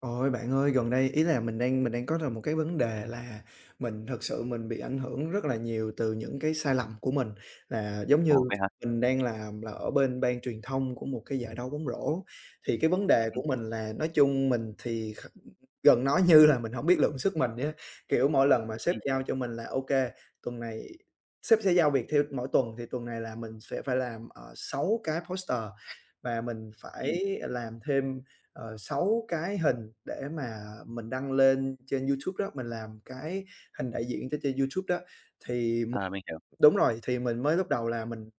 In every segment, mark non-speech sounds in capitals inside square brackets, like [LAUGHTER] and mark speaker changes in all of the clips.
Speaker 1: Ôi, bạn ơi, gần đây ý là mình đang có một cái vấn đề là mình thực sự mình bị ảnh hưởng rất là nhiều từ những cái sai lầm của mình. Là giống như
Speaker 2: Ủa, vậy hả?
Speaker 1: mình đang làm là ở bên ban truyền thông của một cái giải đấu bóng rổ, thì cái vấn đề
Speaker 2: Ừm,
Speaker 1: của mình là nói chung mình thì gần nói như là mình không biết lượng sức mình vậy á. Kiểu, mỗi lần mà sếp
Speaker 2: ừm,
Speaker 1: giao cho mình là "OK, tuần này," sếp sẽ giao việc theo mỗi tuần, thì tuần này là mình sẽ phải làm 6 cái poster và mình
Speaker 2: ừm,
Speaker 1: phải làm thêm 6 cái hình để mà mình đăng lên trên YouTube đó, mình làm cái hình đại diện cho trên YouTube đó. Thì mình
Speaker 2: mình hiểu.
Speaker 1: Đúng rồi. Thì mình mới lúc đầu là mình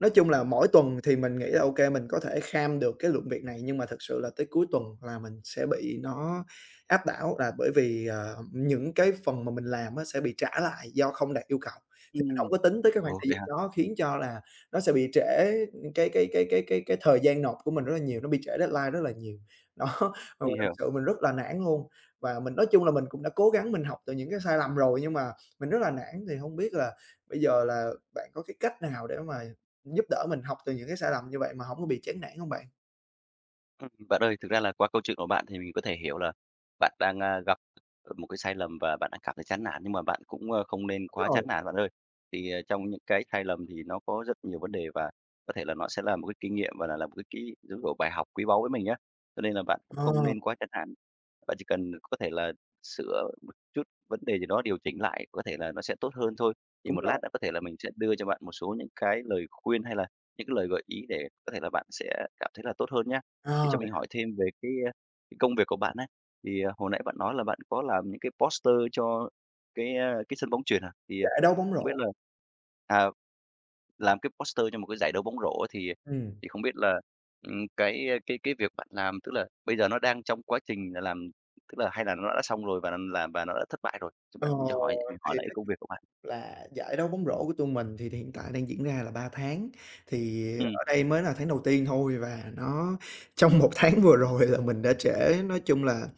Speaker 1: Nói chung là mỗi tuần thì mình nghĩ là ok mình có thể kham được cái lượng việc này, nhưng mà thực sự là tới cuối tuần là mình sẽ bị nó áp đảo, là bởi vì những cái phần mà mình làm á sẽ bị trả lại do không đạt yêu cầu. Thì mình
Speaker 2: Ừm.
Speaker 1: hổng có tính tới cái khoảng
Speaker 2: Ồ,
Speaker 1: thời
Speaker 2: vậy
Speaker 1: gian
Speaker 2: hả?
Speaker 1: đó khiến cho là nó sẽ bị trễ cái thời gian nộp của mình rất là nhiều, nó bị trễ deadline rất là nhiều. [LAUGHS] Đó, và mình
Speaker 2: Mình
Speaker 1: thật
Speaker 2: hiểu.
Speaker 1: sự mình rất là nản luôn, và mình nói chung là mình cũng đã cố gắng mình học từ những cái sai lầm rồi, nhưng mà mình rất là nản. Thì không biết là bây giờ là bạn có cái cách nào để mà giúp đỡ mình học từ những cái sai lầm như vậy mà hổng có bị chán nản hông bạn?
Speaker 2: Bạn ơi, thực ra là qua câu chuyện của bạn thì mình có thể hiểu là bạn đang, gặp một cái sai lầm và bạn đang cảm thấy chán nản, nhưng mà bạn cũng, không nên
Speaker 1: Đúng
Speaker 2: quá
Speaker 1: rồi.
Speaker 2: chán nản bạn ơi. Thì, trong những cái sai lầm thì nó có rất nhiều vấn đề và có thể là nó sẽ là một cái kinh nghiệm và là một cái kỹ giống kiểu, bài học quý báu với mình á, cho nên là bạn cũng không
Speaker 1: Ờ,
Speaker 2: nên quá chán nản. Bạn chỉ cần có thể là sửa một chút vấn đề gì đó, điều chỉnh lại, có thể là nó sẽ tốt hơn thôi. Thì
Speaker 1: đúng
Speaker 2: một lát
Speaker 1: rồi,
Speaker 2: nữa có thể là mình sẽ đưa cho bạn một số những cái lời khuyên hay là những cái lời gợi ý để có thể là bạn sẽ cảm thấy là tốt hơn nhá. Thì
Speaker 1: ờ,
Speaker 2: cho mình hỏi thêm về cái, cái công việc của bạn á, thì, hồi nãy bạn nói là bạn có làm những cái poster cho cái, cái sân bóng chuyền à? Thì,
Speaker 1: giải đấu bóng
Speaker 2: không biết
Speaker 1: rổ.
Speaker 2: là à, làm cái poster cho một cái giải đấu bóng rổ ấy, thì
Speaker 1: Ừm.
Speaker 2: thì không biết là, cái, cái việc bạn làm, tức là bây giờ nó đang trong quá trình là làm tức là hay là nó đã xong rồi và nó làm và nó đã thất bại rồi? Thì
Speaker 1: Ờ,
Speaker 2: bạn mình cho hỏi hỏi
Speaker 1: thì
Speaker 2: lại cái công việc của bạn.
Speaker 1: Là giải đấu bóng rổ của tụi mình thì hiện tại đang diễn ra là 3 tháng, thì
Speaker 2: Ừm,
Speaker 1: ở đây mới là tháng đầu tiên thôi và nó [LAUGHS] trong một tháng vừa rồi là mình đã trễ. Nói chung là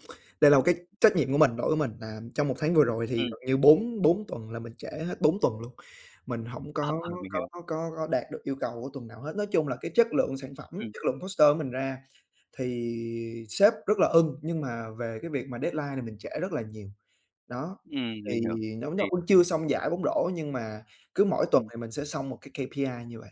Speaker 1: đây là một cái trách nhiệm của mình, lỗi của mình là trong một tháng vừa rồi thì
Speaker 2: ừm,
Speaker 1: gần như 4 4 tuần là mình trễ hết 4 tuần luôn. Mình không có
Speaker 2: mình
Speaker 1: có
Speaker 2: hiểu.
Speaker 1: có có đạt được yêu cầu của tuần nào hết. Nói chung là cái chất lượng sản phẩm,
Speaker 2: Ừm,
Speaker 1: chất lượng poster mình ra thì sếp rất là ưng, nhưng mà về cái việc mà deadline này mình trễ rất là nhiều. Đó,
Speaker 2: mình
Speaker 1: thì
Speaker 2: hiểu.
Speaker 1: nó
Speaker 2: Thì
Speaker 1: cũng chưa xong giải bóng rổ nhưng mà cứ mỗi tuần
Speaker 2: ừm.
Speaker 1: thì mình sẽ xong một cái KPI như vậy.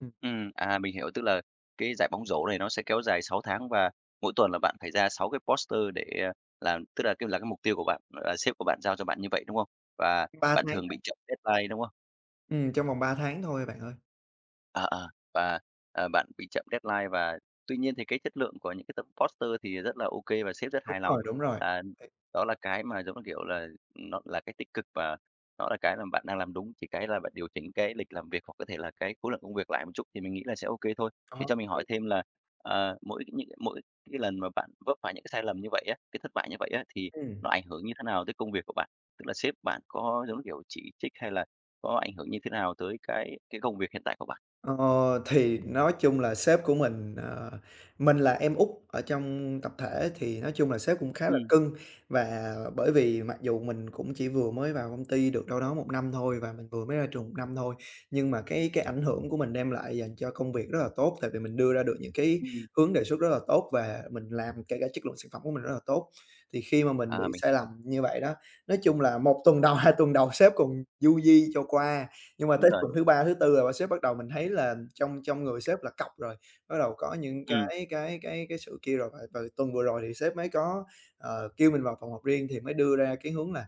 Speaker 1: Ừm.
Speaker 2: Mình hiểu, tức là cái giải bóng rổ này nó sẽ kéo dài 6 tháng và mỗi tuần là bạn phải ra 6 cái poster để, làm tức là cái mục tiêu của bạn, là sếp của bạn giao cho bạn như vậy, đúng không? Và
Speaker 1: 3
Speaker 2: bạn
Speaker 1: tháng,
Speaker 2: thường bị chậm deadline, đúng không?
Speaker 1: trong vòng 3 tháng thôi bạn ơi.
Speaker 2: Ờ, ờ, và, bạn bị chậm deadline và tuy nhiên thì cái chất lượng của những cái tập poster thì rất là ok và sếp rất
Speaker 1: Đúng
Speaker 2: hài lòng.
Speaker 1: rồi, đúng rồi.
Speaker 2: À,
Speaker 1: Vậy
Speaker 2: đó là cái mà, giống như kiểu là, nó là cái tích cực và nó là cái là bạn đang làm đúng, chỉ cái là bạn điều chỉnh cái lịch làm việc hoặc có thể là cái khối lượng công việc lại một chút thì mình nghĩ là sẽ ok thôi. Thì
Speaker 1: đó,
Speaker 2: cho mình hỏi
Speaker 1: vậy
Speaker 2: thêm là, mỗi cái lần mà bạn vấp phải những cái sai lầm như vậy á, cái thất bại như vậy á, thì
Speaker 1: ừm.
Speaker 2: nó ảnh hưởng như thế nào tới công việc của bạn? Tức là sếp bạn có, giống như kiểu, chỉ trích hay là có ảnh hưởng như thế nào tới cái công việc hiện tại của bạn?
Speaker 1: Ờ, thì nói chung là sếp của mình, mình là em út ở trong tập thể thì nói chung là sếp cũng khá là
Speaker 2: Ừm,
Speaker 1: cưng. Và bởi vì mặc dù mình cũng chỉ vừa mới vào công ty được đâu đó một năm thôi và mình vừa mới ra trường một năm thôi, nhưng mà cái ảnh hưởng của mình đem lại dành cho công việc rất là tốt, tại vì mình đưa ra được những cái
Speaker 2: ừm,
Speaker 1: hướng đề xuất rất là tốt và mình làm kể cả chất lượng sản phẩm của mình rất là tốt. Thì khi mà mình
Speaker 2: À,
Speaker 1: bị
Speaker 2: mình
Speaker 1: sai lầm như vậy đó, nói chung là một tuần đầu, [LAUGHS] 2 tuần đầu sếp còn du di cho qua. Nhưng mà
Speaker 2: đúng
Speaker 1: tới
Speaker 2: rồi.
Speaker 1: tuần thứ ba, thứ tư là bà sếp bắt đầu mình thấy là trong trong người sếp là cọc rồi, bắt đầu có những
Speaker 2: Ừm,
Speaker 1: cái sự kia rồi. Và tuần vừa rồi thì sếp mới có kêu mình vào phòng họp riêng thì mới đưa ra cái hướng là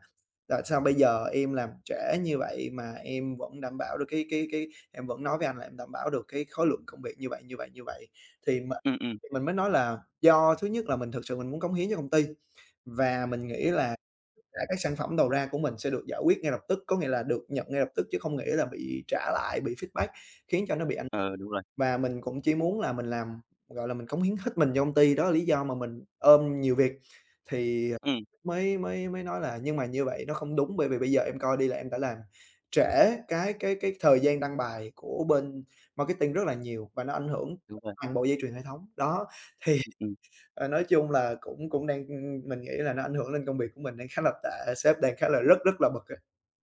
Speaker 1: "Tại sao bây giờ em làm trễ như vậy mà em vẫn đảm bảo được cái em vẫn nói với anh là em đảm bảo được cái khối lượng công việc như vậy, như vậy, như vậy." Thì m
Speaker 2: ừm, ừm,
Speaker 1: thì mình mới nói là do thứ nhất là mình thực sự mình muốn cống hiến cho công ty và mình nghĩ là các sản phẩm đầu ra của mình sẽ được giải quyết ngay lập tức, có nghĩa là được nhận ngay lập tức chứ không nghĩa là bị trả lại, bị feedback, khiến cho nó bị ảnh
Speaker 2: ờ, đúng rồi.
Speaker 1: và mình cũng chỉ muốn là mình làm, gọi là, mình cống hiến hết mình cho công ty, đó là lý do mà mình ôm nhiều việc. Thì
Speaker 2: Ừm,
Speaker 1: mới mới mới nói là "Nhưng mà như vậy nó không đúng, bởi vì bây giờ em coi đi là em đã làm trễ cái thời gian đăng bài của bên marketing rất là nhiều và nó ảnh hưởng
Speaker 2: đúng rồi,
Speaker 1: toàn bộ dây chuyền hệ thống." Đó, thì
Speaker 2: ừm, ừm,
Speaker 1: Nói chung là cũng cũng mình nghĩ là nó ảnh hưởng lên công việc của mình đang khá là tệ, sếp đang khá là rất rất là bực á,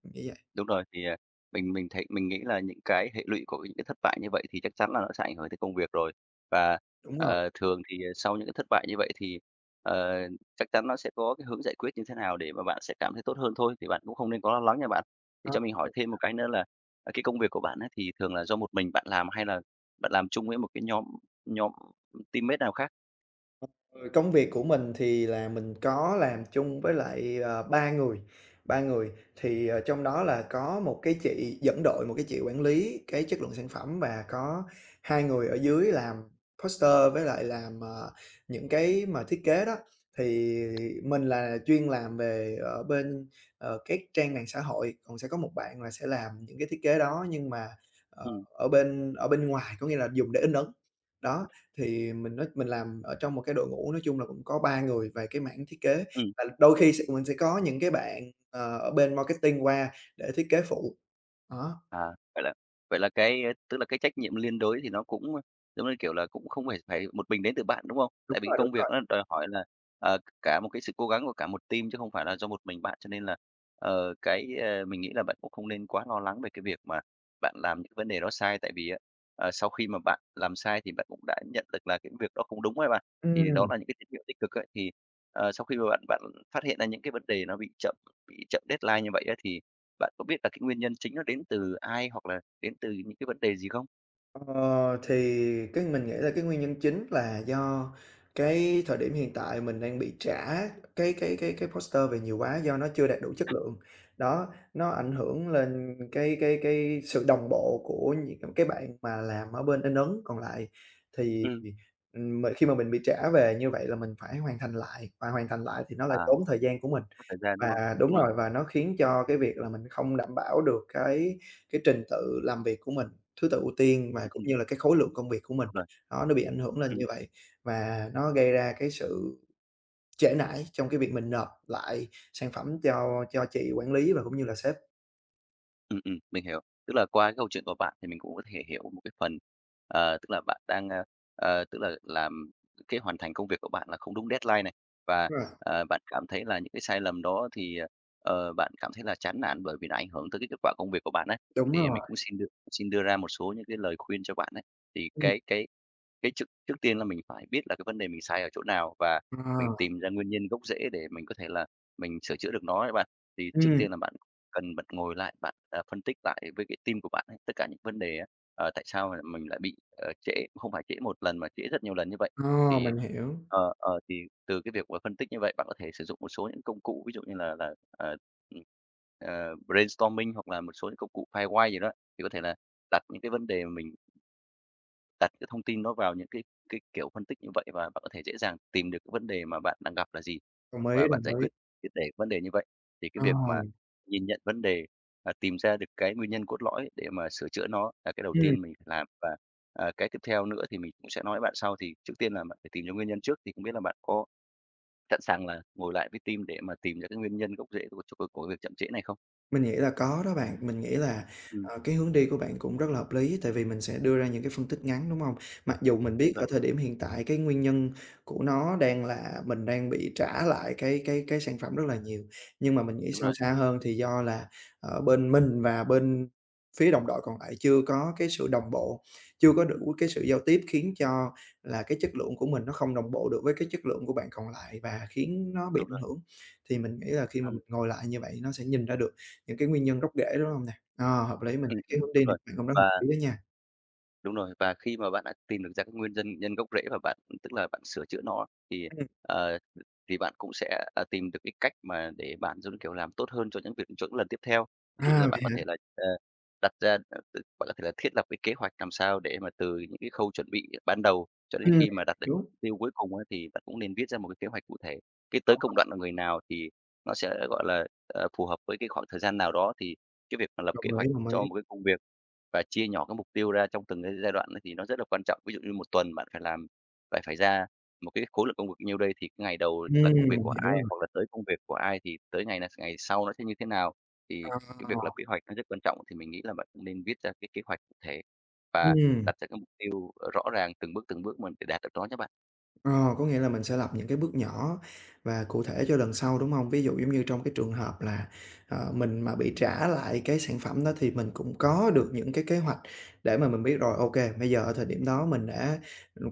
Speaker 1: mình nghĩ vậy.
Speaker 2: đúng rồi. Thì, mình thấy mình nghĩ là những cái hệ lụy của những cái thất bại như vậy thì chắc chắn là nó sẽ ảnh hưởng tới công việc rồi. Và,
Speaker 1: Đúng rồi,
Speaker 2: thường thì, sau những cái thất bại như vậy thì, ờ, chắc chắn nó sẽ có cái hướng giải quyết như thế nào để mà bạn sẽ cảm thấy tốt hơn thôi, thì bạn cũng không nên quá lo lắng nha bạn. Thì
Speaker 1: đó.
Speaker 2: cho mình hỏi thêm một cái nữa là, cái công việc của bạn á thì thường là do một mình bạn làm hay là bạn làm chung với một cái nhóm nhóm teammate nào khác?
Speaker 1: Ừ, công việc của mình thì là mình có làm chung với lại 3 người, 3 người thì trong đó là có một cái chị dẫn đội, một cái chị quản lý cái chất lượng sản phẩm và có 2 người ở dưới làm poster với lại làm những cái mà thiết kế đó. Thì mình là chuyên làm về ở bên các trang mạng xã hội, còn sẽ có một bạn là sẽ làm những cái thiết kế đó nhưng mà, ờ,
Speaker 2: Ừm,
Speaker 1: ở bên ngoài, có nghĩa là dùng để in ấn. Đó, thì mình nói mình làm ở trong một cái đội ngũ nói chung là cũng có 3 người về cái mảng thiết kế,
Speaker 2: ừm.
Speaker 1: và đôi khi mình sẽ có những cái bạn ở bên marketing qua để thiết kế phụ. Đó,
Speaker 2: À, vậy là vậy là cái, tức là cái trách nhiệm liên đới thì nó cũng, giống như kiểu là, cũng không phải phải một mình đến từ bạn, đúng không?
Speaker 1: đúng
Speaker 2: Tại vì
Speaker 1: rồi, đúng
Speaker 2: công việc
Speaker 1: rồi.
Speaker 2: nó đòi hỏi là, cả một cái sự cố gắng của cả một team chứ không phải là do một mình bạn, cho nên là, cái, mình nghĩ là bạn cũng không nên quá lo lắng về cái việc mà bạn làm những vấn đề đó sai, tại vì á, sau khi mà bạn làm sai thì bạn cũng đã nhận được là cái việc đó không đúng ấy bạn. Thì đó
Speaker 1: Ừm.
Speaker 2: là những cái tín hiệu tích cực ấy, thì, sau khi mà bạn bạn phát hiện ra những cái vấn đề nó bị chậm deadline như vậy á, thì bạn có biết là cái nguyên nhân chính nó đến từ ai hoặc là đến từ những cái vấn đề gì không?
Speaker 1: Ờ, thì cái mình nghĩ là cái nguyên nhân chính là do cái thời điểm hiện tại mình đang bị trả cái poster về nhiều quá do nó chưa đạt đủ chất lượng. Đó, nó ảnh hưởng lên cái sự đồng bộ của những cái bạn mà làm ở bên in ấn còn lại. Thì
Speaker 2: Ừ.
Speaker 1: mà khi mà mình bị trả về như vậy là mình phải hoàn thành lại, và hoàn thành lại thì nó lại
Speaker 2: À,
Speaker 1: tốn thời gian của mình.
Speaker 2: mất thời gian, đúng không?
Speaker 1: Và đúng
Speaker 2: Đúng rồi.
Speaker 1: rồi, và nó khiến cho cái việc là mình không đảm bảo được cái trình tự làm việc của mình, thứ tự ưu tiên và
Speaker 2: Ừm,
Speaker 1: cũng
Speaker 2: ừm,
Speaker 1: như là cái khối lượng công việc của mình,
Speaker 2: đúng rồi.
Speaker 1: đó, nó bị ảnh hưởng lên
Speaker 2: Ừ.
Speaker 1: như vậy. Và nó gây ra cái sự trễ nải trong cái việc mình nộp lại sản phẩm cho chị quản lý và cũng như là sếp.
Speaker 2: Mình hiểu. Tức là qua cái câu chuyện của bạn thì mình cũng có thể hiểu một cái phần, tức là bạn đang, tức là làm cái hoàn thành công việc của bạn là không đúng deadline này, và,
Speaker 1: Đúng rồi,
Speaker 2: bạn cảm thấy là những cái sai lầm đó thì, bạn cảm thấy là chán nản bởi vì nó ảnh hưởng tới cái kết quả công việc của bạn ấy.
Speaker 1: đúng
Speaker 2: Thì mình
Speaker 1: rồi,
Speaker 2: cũng xin đưa ra một số những cái lời khuyên cho bạn ấy. Thì
Speaker 1: ừm,
Speaker 2: cái trước trước tiên là mình phải biết là cái vấn đề mình sai ở chỗ nào và mình
Speaker 1: ờ,
Speaker 2: tìm ra nguyên nhân gốc rễ để mình có thể là mình sửa chữa được nó ấy bạn. Thì trước
Speaker 1: ừm,
Speaker 2: tiên là bạn cần bật ngồi lại, bạn, phân tích lại với cái team của bạn ấy, tất cả những vấn đề á, tại sao mà mình lại bị, trễ, không phải trễ một lần mà trễ rất nhiều lần như vậy.
Speaker 1: ờ,
Speaker 2: Thì,
Speaker 1: mình hiểu,
Speaker 2: thì từ cái việc mà phân tích như vậy, bạn có thể sử dụng một số những công cụ, ví dụ như là, ừm, brainstorming hoặc là một số những công cụ firewire gì đó, thì có thể là đặt những cái vấn đề mà mình đặt cái thông tin nó vào những cái kiểu phân tích như vậy và bạn có thể dễ dàng tìm được cái vấn đề mà bạn đang gặp là gì và bạn giải
Speaker 1: đồng ý,
Speaker 2: quyết triệt để vấn đề như vậy. Thì cái
Speaker 1: ờ,
Speaker 2: việc mà nhìn nhận vấn đề, tìm ra được cái nguyên nhân cốt lõi để mà sửa chữa nó là cái đầu
Speaker 1: ừm.
Speaker 2: tiên mình phải làm và, cái tiếp theo nữa thì mình cũng sẽ nói với bạn sau. Thì trước tiên là bạn phải tìm ra nguyên nhân trước, thì không biết là bạn có sẵn sàng là ngồi lại với team để mà tìm ra cái nguyên nhân gốc rễ của việc chậm trễ này không?
Speaker 1: Mình nghĩ là có đó bạn. Mình nghĩ là
Speaker 2: Ừm,
Speaker 1: cái hướng đi của bạn cũng rất là hợp lý, tại vì mình sẽ đưa ra những cái phân tích ngắn, đúng không? Mặc dù mình biết
Speaker 2: đúng
Speaker 1: ở
Speaker 2: rồi,
Speaker 1: thời điểm hiện tại cái nguyên nhân của nó đang là mình đang bị trả lại cái sản phẩm rất là nhiều, nhưng mà mình nghĩ
Speaker 2: đúng
Speaker 1: sâu
Speaker 2: rồi,
Speaker 1: xa hơn thì do là bên mình và bên phía đồng đội còn lại chưa có cái sự đồng bộ, chưa có đủ cái sự giao tiếp khiến cho là cái chất lượng của mình nó không đồng bộ được với cái chất lượng của bạn còn lại và khiến nó bị
Speaker 2: đúng
Speaker 1: ảnh
Speaker 2: rồi.
Speaker 1: hưởng. Thì mình nghĩ là khi mà
Speaker 2: Ừm,
Speaker 1: mình ngồi lại như vậy nó sẽ nhìn ra được những cái nguyên nhân gốc rễ, đúng hông nè? Ờ, hợp lý, mình thấy cái hướng
Speaker 2: đúng
Speaker 1: đi này
Speaker 2: rồi.
Speaker 1: của bạn cũng rất hợp
Speaker 2: Và
Speaker 1: lý đó nha.
Speaker 2: đúng rồi, và khi mà bạn đã tìm được ra cái nguyên nhân nhân gốc rễ và bạn tức là bạn sửa chữa nó thì,
Speaker 1: Ừm.
Speaker 2: ờ, thì bạn cũng sẽ, tìm được cái cách mà để bạn, giống như kiểu, làm tốt hơn cho những việc cho những lần tiếp theo. Ví dụ
Speaker 1: À,
Speaker 2: như bạn
Speaker 1: vậy
Speaker 2: có
Speaker 1: hả?
Speaker 2: thể là, đặt ra ờ, t bạn có thể là thiết lập cái kế hoạch làm sao để mà từ những cái khâu chuẩn bị ban đầu cho đến
Speaker 1: Ừm,
Speaker 2: khi mà đạt được
Speaker 1: đúng,
Speaker 2: mục tiêu cuối cùng á, thì bạn cũng nên viết ra một cái kế hoạch cụ thể. Cái tới công đoạn là người nào thì nó sẽ, gọi là, phù hợp với cái khoảng thời gian nào đó, thì cái việc mà lập kế
Speaker 1: đồng ý,
Speaker 2: hoạch
Speaker 1: đồng
Speaker 2: cho
Speaker 1: ý.
Speaker 2: một cái công việc và chia nhỏ cái mục tiêu ra trong từng cái giai đoạn ấy thì nó rất là quan trọng. Ví dụ như một tuần bạn phải làm phải phải ra một cái khối lượng công việc nhiêu đây thì cái ngày đầu là
Speaker 1: Ừm,
Speaker 2: công việc
Speaker 1: mình
Speaker 2: của
Speaker 1: hiểu
Speaker 2: ai,
Speaker 1: rồi.
Speaker 2: hoặc là tới công việc của ai thì tới ngày là ngày sau nó sẽ như thế nào. Thì
Speaker 1: Ờ,
Speaker 2: cái việc lập kế hoạch nó rất quan trọng, thì mình nghĩ là bạn cũng nên viết ra cái kế hoạch cụ thể và
Speaker 1: ừm.
Speaker 2: đặt ra cái mục tiêu, rõ ràng từng bước mình để đạt được nó nhé bạn.
Speaker 1: Ờ, có nghĩa là mình sẽ lập những cái bước nhỏ và cụ thể cho lần sau, đúng không? Ví dụ giống như trong cái trường hợp là mình mà bị trả lại cái sản phẩm đó thì mình cũng có được những cái kế hoạch để mà mình biết rồi, ok bây giờ ở thời điểm đó mình đã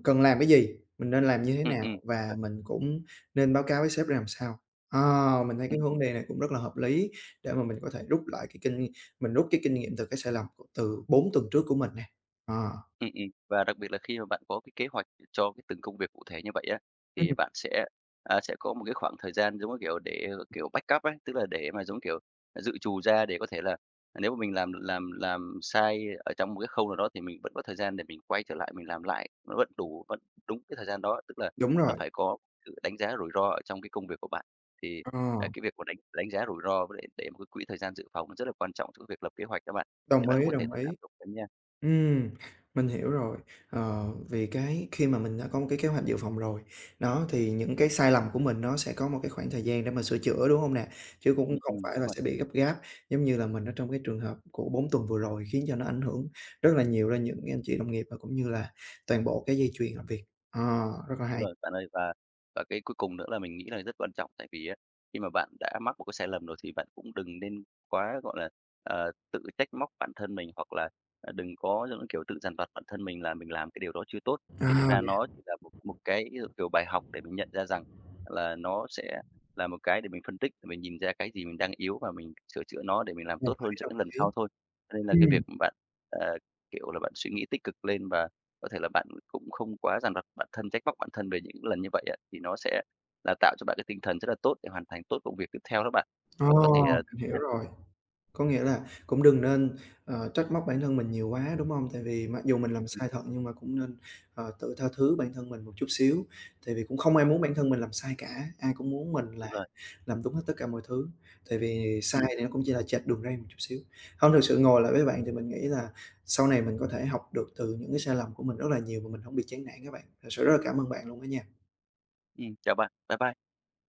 Speaker 1: cần làm cái gì, mình nên làm như thế
Speaker 2: Ừm, ừm,
Speaker 1: nào và
Speaker 2: rồi.
Speaker 1: mình cũng nên báo cáo với sếp làm sao. Ờ, mình thấy cái hướng đi này cũng rất là hợp lý để mà mình có thể rút lại cái kinh mình rút cái kinh nghiệm từ cái sai lầm của từ 4 tuần trước của mình nè. Ờ,
Speaker 2: Và đặc biệt là khi mà bạn có cái kế hoạch cho cái từng công việc cụ thể như vậy á,
Speaker 1: ừm.
Speaker 2: thì bạn sẽ, sẽ có một cái khoảng thời gian, giống như kiểu, để, kiểu, backup ấy, tức là để mà, giống kiểu, dự trù ra để có thể là nếu mà mình làm sai ở trong một cái khâu nào đó thì mình vẫn có thời gian để mình quay trở lại mình làm lại, nó vẫn đủ, vẫn đúng cái thời gian đó. Tức là
Speaker 1: Đúng
Speaker 2: nó
Speaker 1: rồi,
Speaker 2: phải có sự đánh giá rủi ro ở trong cái công việc của bạn, thì,
Speaker 1: ờ,
Speaker 2: cái việc của đánh đánh giá rủi ro để một cái quỹ thời gian dự phòng nó rất là quan trọng trong cái việc lập kế hoạch các bạn, thì
Speaker 1: đồng
Speaker 2: bạn cũng
Speaker 1: ý,
Speaker 2: có thể
Speaker 1: đồng
Speaker 2: thử áp
Speaker 1: ý.
Speaker 2: dụng xem nha.
Speaker 1: Ừm, mình hiểu rồi. Ờ, vì cái khi mà mình đã có một cái kế hoạch dự phòng rồi, đó, thì những cái sai lầm của mình nó sẽ có một cái khoảng thời gian để mà sửa chữa, đúng không nè? Chứ cũng không phải
Speaker 2: Đúng
Speaker 1: là
Speaker 2: rồi.
Speaker 1: sẽ bị gấp gáp, giống như là mình ở trong cái trường hợp của 4 tuần vừa rồi, khiến cho nó ảnh hưởng rất là nhiều lên những anh chị đồng nghiệp và cũng như là toàn bộ cái dây chuyền làm việc. Ờ, rất là
Speaker 2: Đúng
Speaker 1: hay.
Speaker 2: rồi, bạn ơi. Và cái cuối cùng nữa là mình nghĩ là rất quan trọng, tại vì á, khi mà bạn đã mắc một cái sai lầm rồi thì bạn cũng đừng nên quá, gọi là, tự trách móc bản thân mình, hoặc là, đừng có những kiểu tự dằn vặt bản thân mình là mình làm cái điều đó chưa tốt. Thì
Speaker 1: À,
Speaker 2: thực ra nó chỉ là một một cái, kiểu kiểu, bài học để mình nhận ra rằng là nó sẽ là một cái để mình phân tích, để mình nhìn ra cái gì mình đang yếu và mình sửa chữa nó để mình làm
Speaker 1: đồng
Speaker 2: tốt hơn
Speaker 1: ý,
Speaker 2: cho
Speaker 1: đồng
Speaker 2: cái lần
Speaker 1: ý.
Speaker 2: sau thôi. Cho nên là cái
Speaker 1: Ừm,
Speaker 2: việc mà bạn, ờ, kiểu là, bạn suy nghĩ tích cực lên và có thể là bạn cũng không quá dằn vặt bản thân, trách móc bản thân về những lần như vậy á, thì nó sẽ là tạo cho bạn cái tinh thần rất là tốt để hoàn thành tốt công việc tiếp theo đó bạn. Thì
Speaker 1: ờ,
Speaker 2: bạn có thể,
Speaker 1: mình
Speaker 2: thử
Speaker 1: hiểu
Speaker 2: nha.
Speaker 1: rồi. Có nghĩa là cũng đừng nên trách móc bản thân mình nhiều quá, đúng không? Tại vì mặc dù mình làm sai thật nhưng mà cũng nên tự tha thứ bản thân mình một chút xíu, tại vì cũng không ai muốn bản thân mình làm sai cả, ai cũng muốn mình là
Speaker 2: Đúng rồi.
Speaker 1: làm đúng hết tất cả mọi thứ, tại vì sai
Speaker 2: Ừm,
Speaker 1: thì nó cũng chỉ là chệch đường ray một chút xíu. Hông, thực sự ngồi lại với bạn thì mình nghĩ là sau này mình có thể học được từ những cái sai lầm của mình rất là nhiều mà mình không bị chán nản các bạn. Thực sự rất là cảm ơn bạn luôn á nha.
Speaker 2: chào bạn. Bye bye.